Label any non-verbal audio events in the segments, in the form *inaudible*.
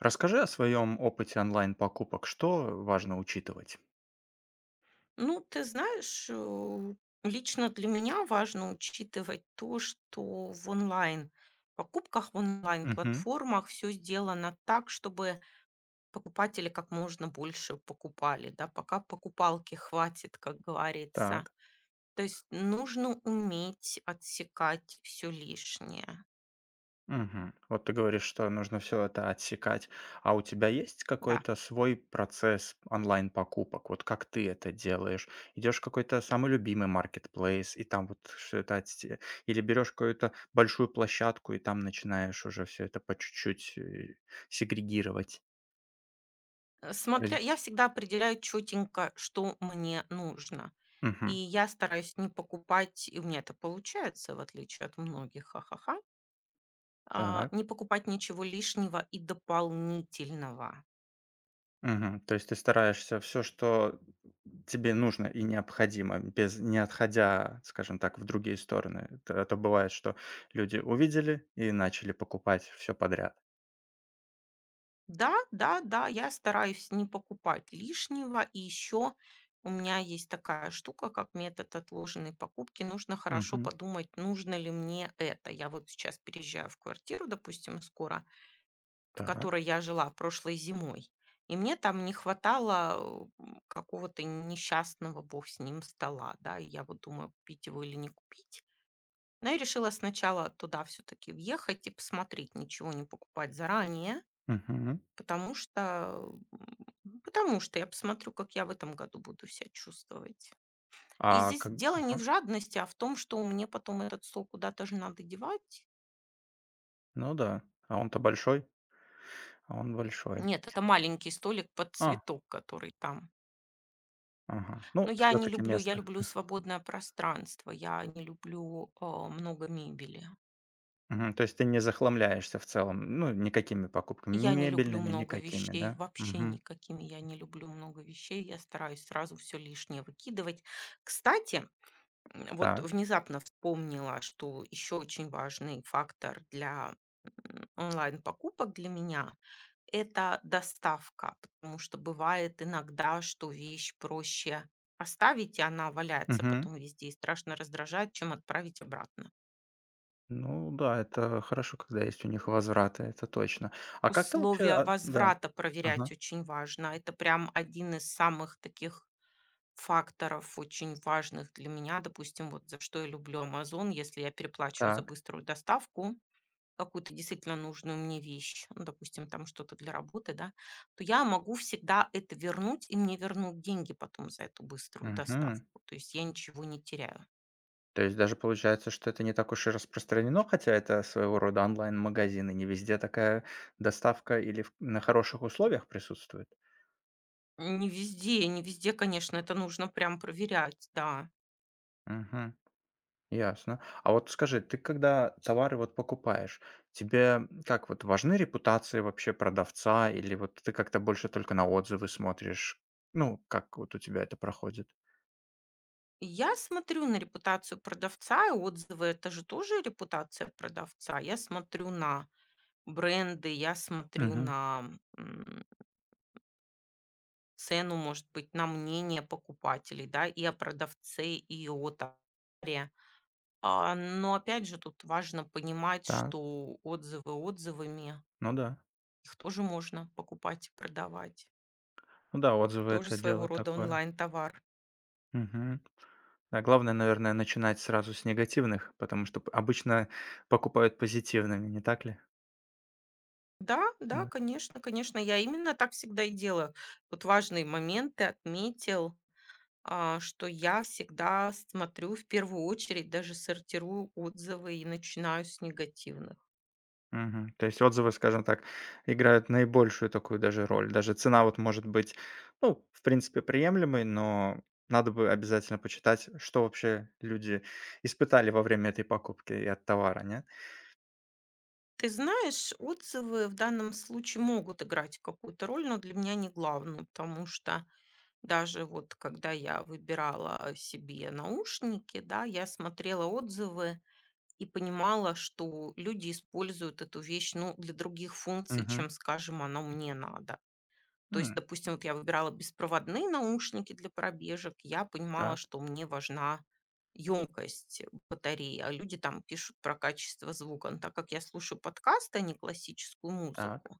Расскажи о своем опыте онлайн-покупок. Что важно учитывать? Ну, ты знаешь, лично для меня важно учитывать то, что в онлайн покупках, в Мгм. онлайн-платформах все сделано так, чтобы покупатели как можно больше покупали, да, пока покупалки хватит, как говорится. Так. То есть нужно уметь отсекать все лишнее. Мгм. Вот ты говоришь, что нужно все это отсекать. А у тебя есть Да. какой-то свой процесс онлайн-покупок? Вот как ты это делаешь? Идешь в какой-то самый любимый маркетплейс, и там вот все это отсе или берешь какую-то большую площадку, и там начинаешь уже все это по чуть-чуть, сегрегировать, Смотря, раз я всегда определяю четенько, что мне нужно. И Мгм. я стараюсь не покупать, и у меня это получается, в отличие от многих, ха-ха-ха, Так. не покупать ничего лишнего и дополнительного. Мгм. То есть ты стараешься все что тебе нужно и необходимо, без не отходя, скажем так, в другие стороны. Т а то бывает, что люди увидели и начали покупать все подряд. Да, да, да, я стараюсь не покупать лишнего. И еще у меня есть такая штука, как метод отложенной покупки. Нужно хорошо Мгм. подумать, нужно ли мне это. Я вот сейчас переезжаю в квартиру, допустим, скоро, в Так. которой я жила прошлой зимой. И мне там не хватало какого-то несчастного, бог с ним, стола, да, и я вот думаю, купить его или не купить. Но я решила сначала туда все-таки въехать и посмотреть, ничего не покупать заранее, Мгм. потому что, потому что я посмотрю, как я в этом году буду себя чувствовать. И А здесь как дело не в Мгм. жадности, а в том, что мне потом этот стол куда-то же надо девать. Ну да. А он-то большой, а он большой. Нет, это маленький столик под А, цветок, который там. ага. Но Ну, я все не таки люблю, я место. люблю свободное пространство, я не люблю, много мебели. Мгм. То есть ты не захламляешься в целом, ну, никакими покупками, ни Я не люблю мебельными, много никакими, вещей, да? вообще Мгм. никакими я не люблю много вещей, я стараюсь сразу все лишнее выкидывать. Кстати, вот Так. внезапно вспомнила, что еще очень важный фактор для, онлайн-покупок для меня — это доставка. Потому что бывает иногда, что вещь проще оставить, и она валяется Мгм. потом везде, и страшно раздражает, чем отправить обратно. Ну да, это хорошо, когда есть у них возвраты, это точно. А как ты вообще, Условия а, да, возврата проверять ага, очень важно. Это прям один из самых таких факторов очень важных для меня. Допустим, вот за что я люблю Amazon. Если я переплачиваю за так, быструю доставку какую-то действительно нужную мне вещь, ну, допустим, там что-то для работы, да, то я могу всегда это вернуть, и мне вернут деньги потом за эту быструю мгм. доставку. То есть я ничего не теряю. То есть даже получается, что это не так уж и распространено, хотя это своего рода онлайн-магазин, и не везде такая доставка или на хороших условиях присутствует. Не везде, не везде, конечно, это нужно прям проверять, да. Мгм. Ясно. А вот скажи, ты когда товары вот покупаешь, тебе как вот важны репутации вообще продавца, или вот ты как-то больше только на отзывы смотришь? Ну, как вот у тебя это проходит? Я смотрю на репутацию продавца, и отзывы — это же тоже репутация продавца. Я смотрю на бренды, я смотрю Угу. на м, цену, может быть, на мнение покупателей, да, и о продавце, и о товаре. Но опять же, тут важно понимать, Так. что отзывы отзывами, Ну да. их тоже можно покупать и продавать. Ну да, отзывы — Тоже это своего дело рода такое. онлайн-товар. Мгм. Да, главное, наверное, начинать сразу с негативных, потому что п обычно покупают позитивными, не так ли? Да, да, Да. конечно, конечно, я именно так всегда и делаю. Вот важные моменты отметил, что я всегда смотрю в первую очередь, даже сортирую отзывы и начинаю с негативных. Мгм. То есть отзывы, скажем так, играют наибольшую такую даже роль. Даже цена вот может быть, ну, в принципе, приемлемой, но надо бы обязательно почитать, что вообще люди испытали во время этой покупки и от товара, нет? Ты знаешь, отзывы в данном случае могут играть какую-то роль, но для меня не главную, потому что даже вот когда я выбирала себе наушники, да, я смотрела отзывы и понимала, что люди используют эту вещь, ну, для других функций, Мгм. чем, скажем, оно мне надо. То есть, М, допустим, вот я выбирала беспроводные наушники для пробежек, я понимала, так, что мне важна емкость батареи, а люди там пишут про качество звука. Но так как я слушаю подкасты, а не классическую так. музыку,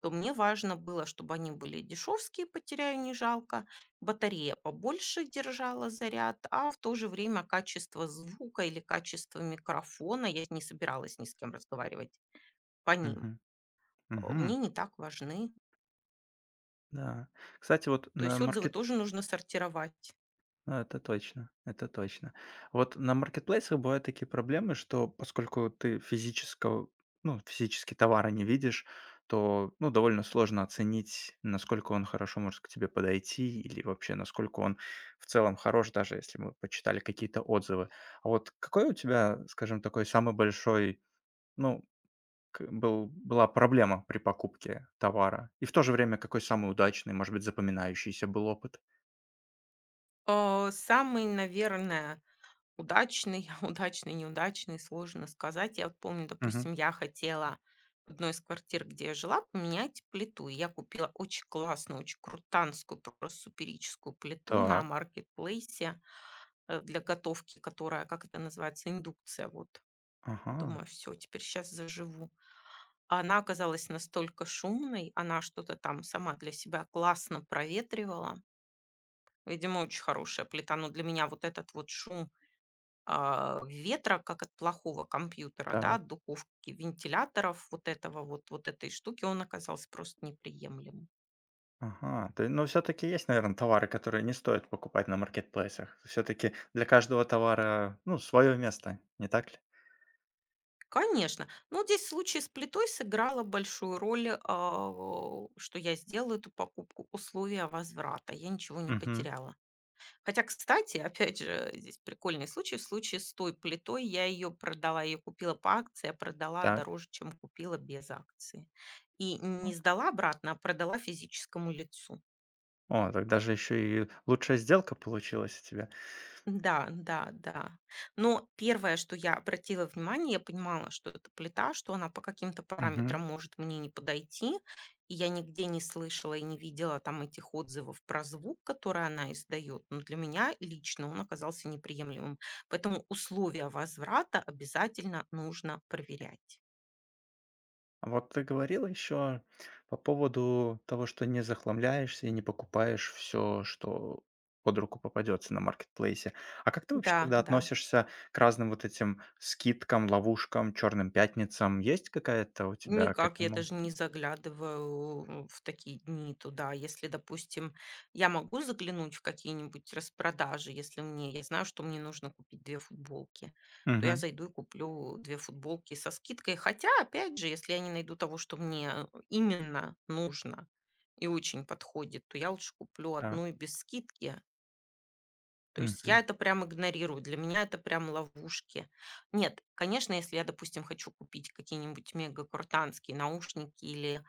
то мне важно было, чтобы они были дешевские, потеряю не жалко, батарея побольше держала заряд, а в то же время качество звука или качество микрофона, я не собиралась ни с кем разговаривать по ним, Мгм. Мне Мгм. не так важны. Да. Кстати, вот То на есть отзывы маркет тоже нужно сортировать. Ну, это точно, это точно. Вот на маркетплейсах бывают такие проблемы, что поскольку ты физически товара не видишь, то, ну, довольно сложно оценить, насколько он хорошо может к тебе подойти или вообще насколько он в целом хорош, даже если мы почитали какие-то отзывы. А вот какой у тебя, скажем, такой самый большой, ну, была проблема при покупке товара? И в то же время какой самый удачный, может быть, запоминающийся был опыт? Самый, наверное, удачный, *laughs* удачный, неудачный, сложно сказать. Я вот помню, Мгм. допустим, я хотела в одной из квартир, где я жила, поменять плиту. И я купила очень классную, очень крутанскую, просто суперическую плиту на Так, маркетплейсе для готовки, которая, как это называется, индукция. Вот, ага, думаю, все, теперь сейчас заживу. А она оказалась настолько шумной, она что-то там сама для себя классно проветривала. Видимо, очень хорошая плита, но для меня вот этот вот шум ветра, как от плохого компьютера, да, так. от духовки, вентиляторов, вот этого вот, вот этой штуки, он оказался просто неприемлемым. Ага, то е но все таки есть, наверное, товары, которые не стоит покупать на маркетплейсах. Все таки для каждого товара, ну, свое место, не так ли? Конечно. Но здесь в случае с плитой сыграла большую роль, что я сделала эту покупку, условия возврата. Я ничего не Мгм. потеряла. Хотя, кстати, опять же, здесь прикольный случай. В случае с той плитой я ее продала, я ее купила по акции, а продала Так. дороже, чем купила без акции. И не сдала обратно, а продала физическому лицу. О, так даже еще и лучшая сделка получилась у тебя. Да, да, да. Но первое, что я обратила внимание, я понимала, что это плита, что она по каким-то параметрам Мгм. может мне не подойти. И я нигде не слышала и не видела там этих отзывов про звук, который она издает. Но для меня лично он оказался неприемлемым. Поэтому условия возврата обязательно нужно проверять. А вот ты говорила еще по поводу того, что не захламляешься и не покупаешь все, что под руку попадется на маркетплейсе. А как ты вообще Да, тогда да. относишься к разным вот этим скидкам, ловушкам, черным пятницам? Есть какая-то у тебя к Никак, я этому? даже не заглядываю в такие дни туда. Если, допустим, я могу заглянуть в какие-нибудь распродажи, если мне, я знаю, что мне нужно купить 2 футболки, то я Мгм. зайду и куплю 2 футболки со скидкой. Хотя, опять же, если я не найду того, что мне именно нужно и очень подходит, то я лучше куплю Так, одну и без скидки. То есть я мгм. это прям игнорирую. Для меня это прям ловушки. Нет, конечно, если я, допустим, хочу купить какие-нибудь мега крутанские наушники или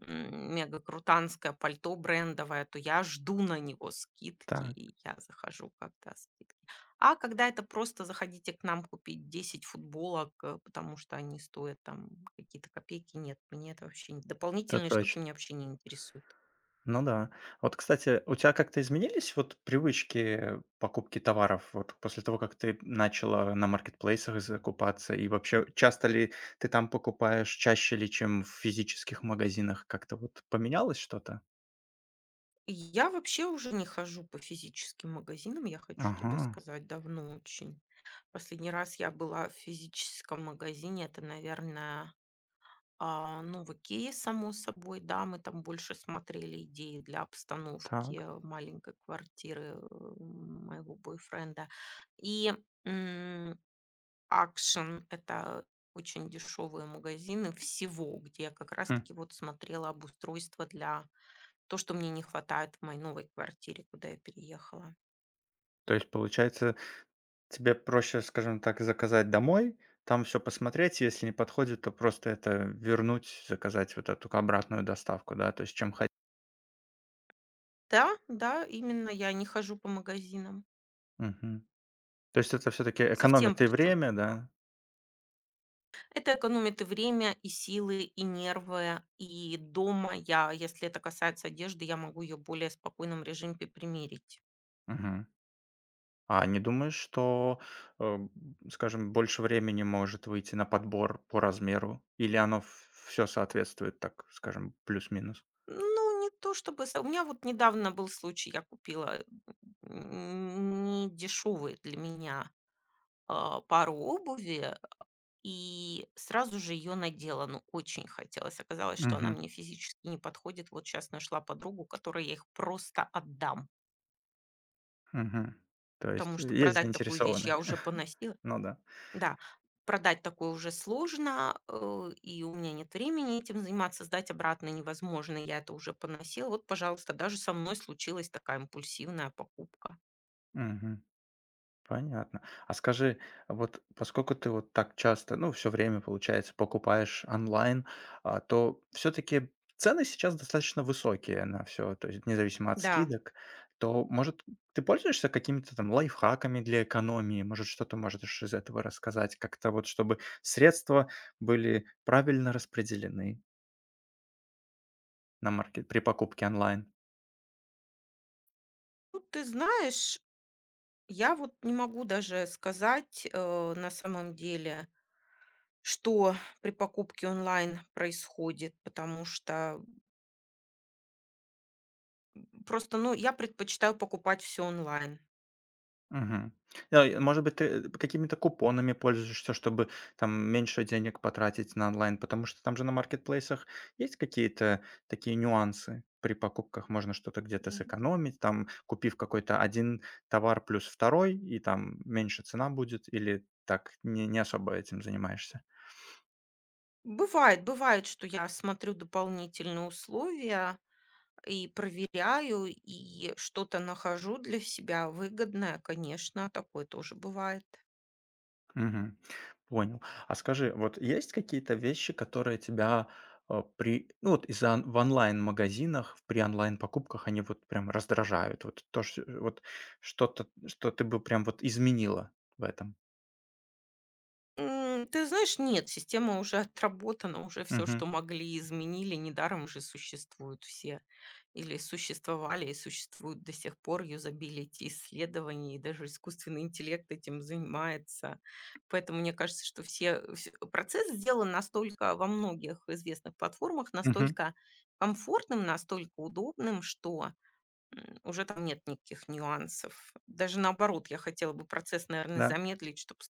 крутанское пальто брендовое, то я жду на него скидки, Так, и я захожу, когда скидки. А когда это просто заходите к нам купить 10 футболок, потому что они стоят там какие-то копейки, нет, мне это вообще... не- это Дополнительные штуки точно. меня вообще не интересуют. Ну да. Вот, кстати, у тебя как-то изменились вот привычки покупки товаров вот после того, как ты начала на маркетплейсах закупаться? И вообще, часто ли ты там покупаешь, чаще ли, чем в физических магазинах? Как-то вот поменялось что-то? Я вообще уже не хожу по физическим магазинам, я хочу тебе Ага, сказать, давно очень. Последний раз я была в физическом магазине, это, наверное, ну, в "Икее", само собой, да, мы там больше смотрели идеи для обстановки, так. Маленькой квартиры, моего бойфренда. И Action — это очень дешевые магазины всего, где я как раз Хм. таки вот смотрела обустройство для то, что мне не хватает в моей новой квартире, куда я переехала. То есть, получается, тебе проще, скажем так, заказать домой, там все посмотреть, если не подходит, то просто это вернуть, заказать вот эту обратную доставку, да? То есть чем ходить. Да, да, именно, я не хожу по магазинам. То есть это все таки Совсем экономит и причем. время, да? Это экономит и время, и силы, и нервы. И дома я, если это касается одежды, я могу ее в более спокойном режиме примерить. Мгм. А не думаешь, что, э, скажем, больше времени может выйти на подбор по размеру? Или оно все соответствует, так скажем, плюс-минус? Ну, не то чтобы... со- У меня вот недавно был случай, я купила не дешевые для меня пару обуви, и сразу же ее надела. Ну, очень хотелось. Оказалось, что она Мгм, мне физически не подходит. Вот сейчас нашла подругу, которой я их просто отдам. мгм. То Потому есть что есть продать такую вещь, заинтересованные. я уже поносила. Ну да. Да, продать такое уже сложно, и у меня нет времени этим заниматься, сдать обратно невозможно, я это уже поносила. Вот, пожалуйста, даже со мной случилась такая импульсивная покупка. Мгм. Понятно. А скажи, а вот поскольку ты вот так часто, ну, все время, получается, покупаешь онлайн, то все таки цены сейчас достаточно высокие на все, то есть независимо от Да, скидок. То, может, ты пользуешься какими-то там лайфхаками для экономии? Может, что-то можешь из этого рассказать? Как-то вот, чтобы средства были правильно распределены на маркет при покупке онлайн? ну ты знаешь, я вот не могу даже сказать, на самом деле, что при покупке онлайн происходит, потому что просто, ну, я предпочитаю покупать все онлайн. Мгм. Да, и, может быть, ты какими-то купонами пользуешься, чтобы там меньше денег потратить на онлайн, потому что там же на маркетплейсах есть какие-то такие нюансы. При покупках можно что-то где-то М, сэкономить, там, купив какой-то один товар плюс второй, и там меньше цена будет, или так не особо этим занимаешься? бывает, что я смотрю дополнительные условия и проверяю, и что-то нахожу для себя выгодное. Конечно, такое тоже бывает. Мгм. Понял. А скажи, вот есть какие-то вещи, которые тебя ну вот в онлайн-магазинах, при онлайн-покупках они вот прям раздражают? Вот что-то, что ты бы прям вот изменила в этом? Ты знаешь, нет, система уже отработана, уже все, Мгм. что могли, изменили. Недаром же существуют все или существовали и существуют до сих пор юзабилити исследований, и даже искусственный интеллект этим занимается. Поэтому мне кажется, что все вс процесс сделан настолько во многих известных платформах Мгм. настолько комфортным, настолько удобным, что уже там нет никаких нюансов. Даже наоборот, я хотела бы процесс, наверное, Да? замедлить, чтобы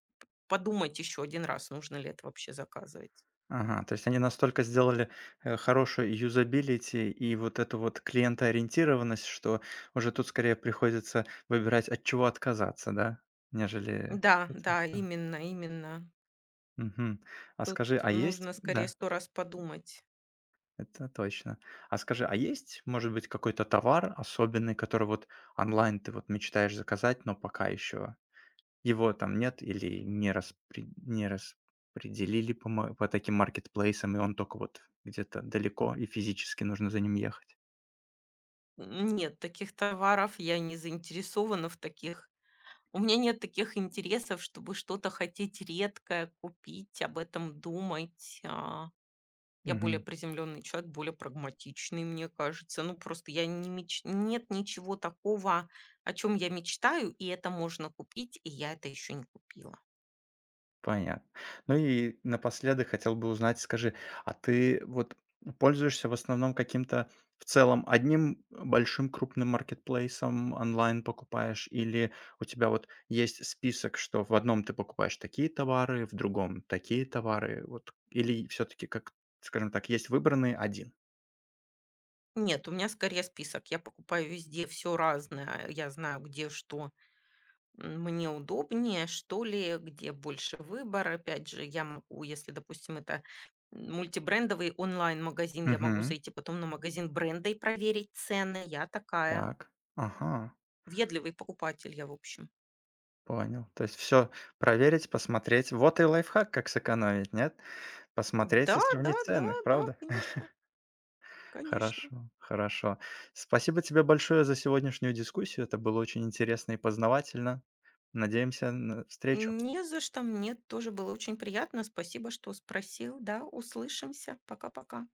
подумать еще один раз, нужно ли это вообще заказывать. Ага, то есть они настолько сделали хорошую юзабилити и вот эту вот клиентоориентированность, что уже тут скорее приходится выбирать, от чего отказаться, да, нежели Да, что-то да, еще. именно, именно. Мгм. А Тут скажи, а есть нужно скорее Да, сто раз подумать. это точно. А скажи, а есть, может быть, какой-то товар особенный, который вот онлайн ты вот мечтаешь заказать, но пока еще его там нет или не распределили по таким маркетплейсам, и он только вот где-то далеко, и физически нужно за ним ехать? Нет, таких товаров я не заинтересована в таких. У меня нет таких интересов, чтобы что-то хотеть редкое купить, об этом думать. Я более приземленный человек, более прагматичный, мне кажется. Ну, просто я не меч... нет ничего такого, о чем я мечтаю, и это можно купить, и я это еще не купила. Понятно. Ну и напоследок хотел бы узнать, скажи, а ты вот пользуешься в основном каким-то в целом одним большим крупным маркетплейсом онлайн покупаешь, или у тебя вот есть список, что в одном ты покупаешь такие товары, в другом такие товары, вот, или все-таки, как, скажем так, есть выбранный один? Нет, у меня скорее список. Я покупаю везде все разное. Я знаю, где что мне удобнее, что ли, где больше выбор. Опять же, я могу, если, допустим, это мультибрендовый онлайн-магазин, я могу Угу. зайти потом на магазин бренда и проверить цены. Я такая. Так, ага, Ведливый покупатель я, в общем. понял. То есть все проверить, посмотреть. Вот и лайфхак, как сэкономить, нет? Посмотреть и Да, да, сравнить да, цены, да, правда? конечно, конечно. Хорошо, хорошо. Спасибо тебе большое за сегодняшнюю дискуссию. Это было очень интересно и познавательно. Надеемся на встречу. Не за что, мне тоже было очень приятно. Спасибо, что спросил. Да, услышимся. Пока-пока.